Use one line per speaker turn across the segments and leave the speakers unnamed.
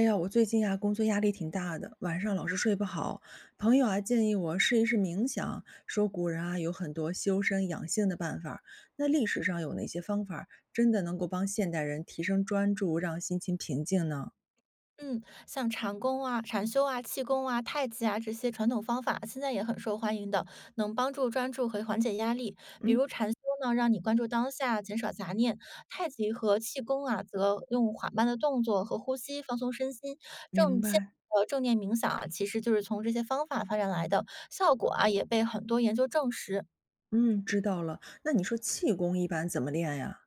哎呀，我最近啊，工作压力挺大的，晚上老是睡不好。朋友啊，建议我试一试冥想，说古人啊有很多修身养性的办法儿。那历史上有哪些方法儿真的能够帮现代人提升专注，让心情平静呢？
嗯，像禅功啊、禅修啊、气功啊、太极啊这些传统方法，现在也很受欢迎的，能帮助专注和缓解压力。比
嗯，
如禅修呢，让你关注当下，减少杂念；太极和气功啊，则用缓慢的动作和呼吸放松身心。
明
正现
白。
正念冥想啊，其实就是从这些方法发展来的，效果啊也被很多研究证实。
嗯，知道了。那你说气功一般怎么练呀？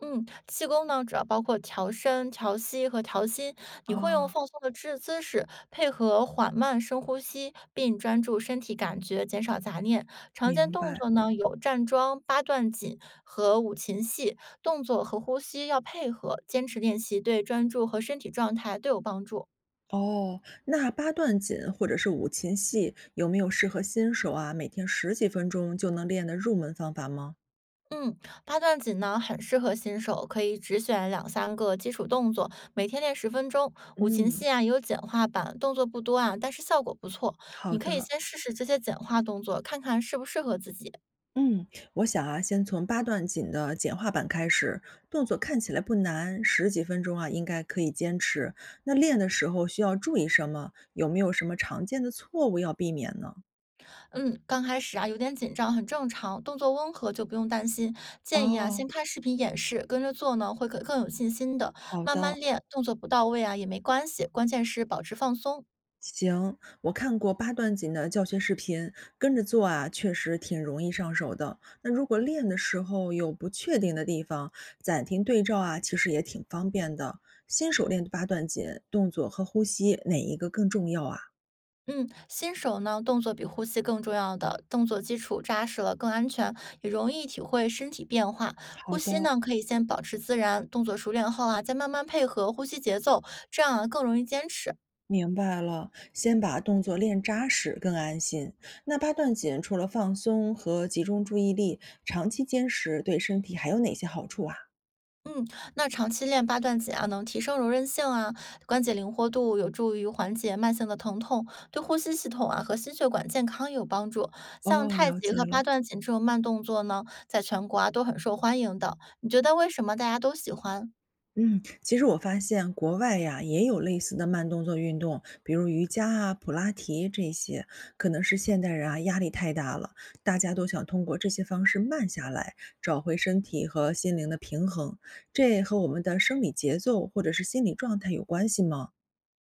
嗯，气功呢，主要包括调身、调息和调心。你会用
哦，
放松的姿势，配合缓慢深呼吸，并专注身体感觉，减少杂念。常见
明
动
白。
作呢有站桩、八段锦和五禽戏，动作和呼吸要配合，坚持练习，对专注和身体状态都有帮助。
哦，那八段锦或者是五禽戏有没有适合新手啊，每天十几分钟就能练的入门方法吗？
嗯，八段锦呢很适合新手，可以只选两三个基础动作，每天练10分钟。五禽戏
嗯，
啊也有简化版，动作不多啊，但是效果不错。
好
你可以
的。
先试试这些简化动作，看看适不适合自己。
嗯，我想啊，先从八段锦的简化版开始，动作看起来不难，十几分钟啊，应该可以坚持。那练的时候需要注意什么？有没有什么常见的错误要避免呢？
嗯，刚开始啊有点紧张很正常，动作温和就不用担心。建议啊先
哦，
看视频演示，跟着做呢会更有信心的。
好
慢慢
的，
练，动作不到位啊也没关系，关键是保持放松。
行，我看过八段锦的教学视频，跟着做啊，确实挺容易上手的。那如果练的时候有不确定的地方，暂停对照啊，其实也挺方便的。新手练八段锦，动作和呼吸哪一个更重要啊？
嗯，新手呢，动作比呼吸更重要的，动作基础扎实了，更安全，也容易体会身体变化。呼
好
吸
的，
呢，可以先保持自然，动作熟练后啊，再慢慢配合呼吸节奏，这样啊更容易坚持。
明白了。先把动作练扎实，更安心。那八段锦除了放松和集中注意力，长期坚持对身体还有哪些好处啊？
嗯，那长期练八段锦啊，能提升柔韧性啊，关节灵活度，有助于缓解慢性的疼痛，对呼吸系统啊和心血管健康也有帮助。像
哦，
太
了
极
解
和八
了。
段锦这种慢动作呢，在全国啊都很受欢迎的。你觉得为什么大家都喜欢？
嗯，其实我发现国外呀也有类似的慢动作运动，比如瑜伽啊、普拉提这些，可能是现代人啊压力太大了，大家都想通过这些方式慢下来，找回身体和心灵的平衡。这和我们的生理节奏或者是心理状态有关系吗？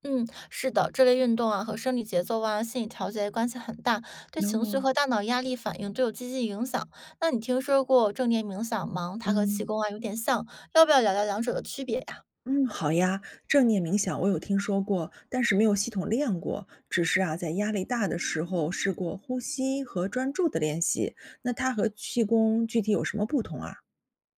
嗯，是的，这类运动啊和生理节奏啊、心理调节关系很大，对情绪
哦，
和大脑压力反应都有积极影响。那你听说过正念冥想吗？它和气
嗯，
功啊有点像，要不要聊聊两者的区别呀、
嗯，好呀，正念冥想我有听说过，但是没有系统练过，只是啊，在压力大的时候试过呼吸和专注的练习。那它和气功具体有什么不同啊？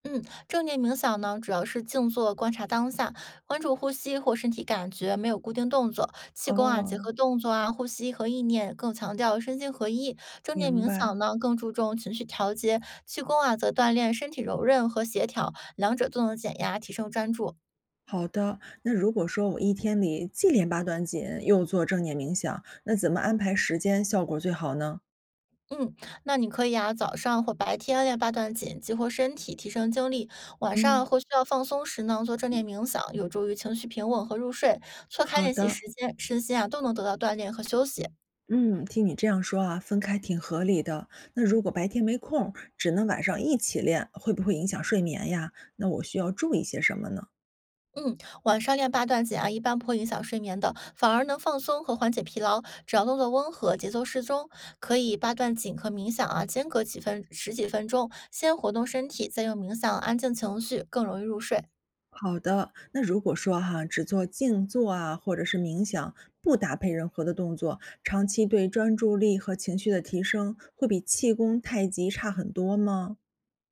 嗯，正念冥想呢主要是静坐观察当下，关注呼吸或身体感觉，没有固定动作。气功啊结
哦，
合动作啊、呼吸和意念，更强调身心合一。正念
明
冥
白。
想呢更注重情绪调节，气功啊则锻炼身体柔韧和协调，两者都能减压、提升专注。
好的，那如果说我一天里既练八段锦，又做正念冥想，那怎么安排时间效果最好呢？
嗯，那你可以啊，早上或白天练八段锦，激活身体，提升精力；晚上
嗯，
或需要放松时呢，做正念冥想，有助于情绪平稳和入睡。错开
好
练习
的。
时间，身心啊都能得到锻炼和休息。
嗯，听你这样说啊，分开挺合理的。那如果白天没空，只能晚上一起练，会不会影响睡眠呀？那我需要注意些什么呢？
嗯，晚上练八段锦啊，一般不会影响睡眠的，反而能放松和缓解疲劳。只要动作温和，节奏适中，可以八段锦和冥想啊间隔十几分钟，先活动身体，再用冥想安静情绪，更容易入睡。
好的，那如果说哈，只做静坐啊，或者是冥想，不搭配任何的动作，长期对专注力和情绪的提升，会比气功、太极差很多吗？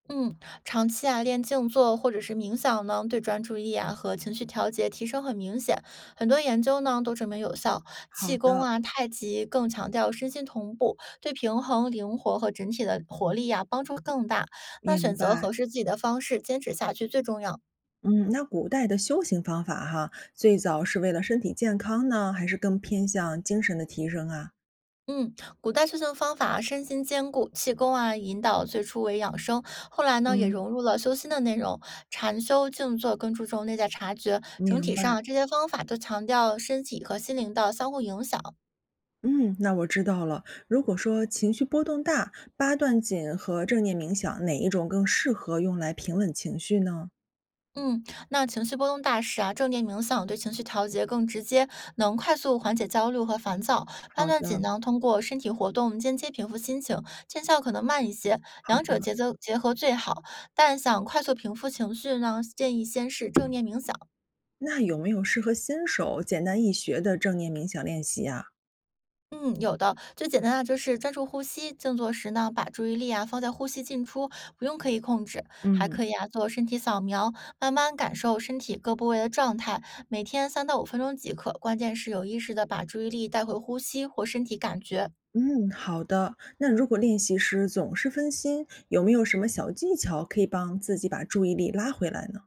嗯，长期啊练静坐或者是冥想呢，对专注力啊和情绪调节提升很明显。很多研究呢都证明有效。
好
气功
的，
啊、太极更强调身心同步，对平衡、灵活和整体的活力呀、帮助更大。那
明
选择合
白。
适自己的方式，坚持下去最重要。
嗯，那古代的修行方法哈，最早是为了身体健康呢，还是更偏向精神的提升啊？
嗯，古代修行方法身心兼顾，气功啊引导最初为养生，后来呢也
嗯。
融入了修心的内容，禅修、静坐更注重内在察觉。整
明
体
白，
上，这些方法都强调身体和心灵的相互影响。
嗯，那我知道了。如果说情绪波动大，八段锦和正念冥想哪一种更适合用来平稳情绪呢？
嗯，那情绪波动大时啊，正念冥想对情绪调节更直接，能快速缓解焦虑和烦躁。判
好
断紧
的，
呢，通过身体活动间接平复心情，见效可能慢一些，
好
两者
的。
节奏结合最好。但想快速平复情绪呢，建议先是正念冥想。
那有没有适合新手、简单易学的正念冥想练习啊？
嗯，有的，最简单的就是专注呼吸。静坐时呢，把注意力啊放在呼吸进出，不用刻意控制，还可
嗯，
以啊做身体扫描，慢慢感受身体各部位的状态。每天3到5分钟即可，关键是有意识的把注意力带回呼吸或身体感觉。
嗯，好的。那如果练习时总是分心，有没有什么小技巧可以帮自己把注意力拉回来呢？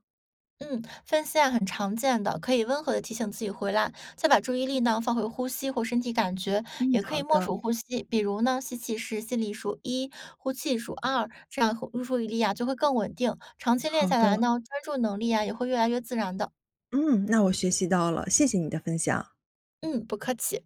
嗯，分心啊很常见的，可以温和的提醒自己回来，再把注意力呢放回呼吸或身体感觉，
嗯，
也可
好
以默
的，
数呼吸，比如呢吸气是心里数一，呼气数二，这样呼注意力啊就会更稳定。长期练
好
下
的。
来呢，专注能力啊也会越来越自然的。
嗯，那我学习到了，谢谢你的分享。
嗯，不客气。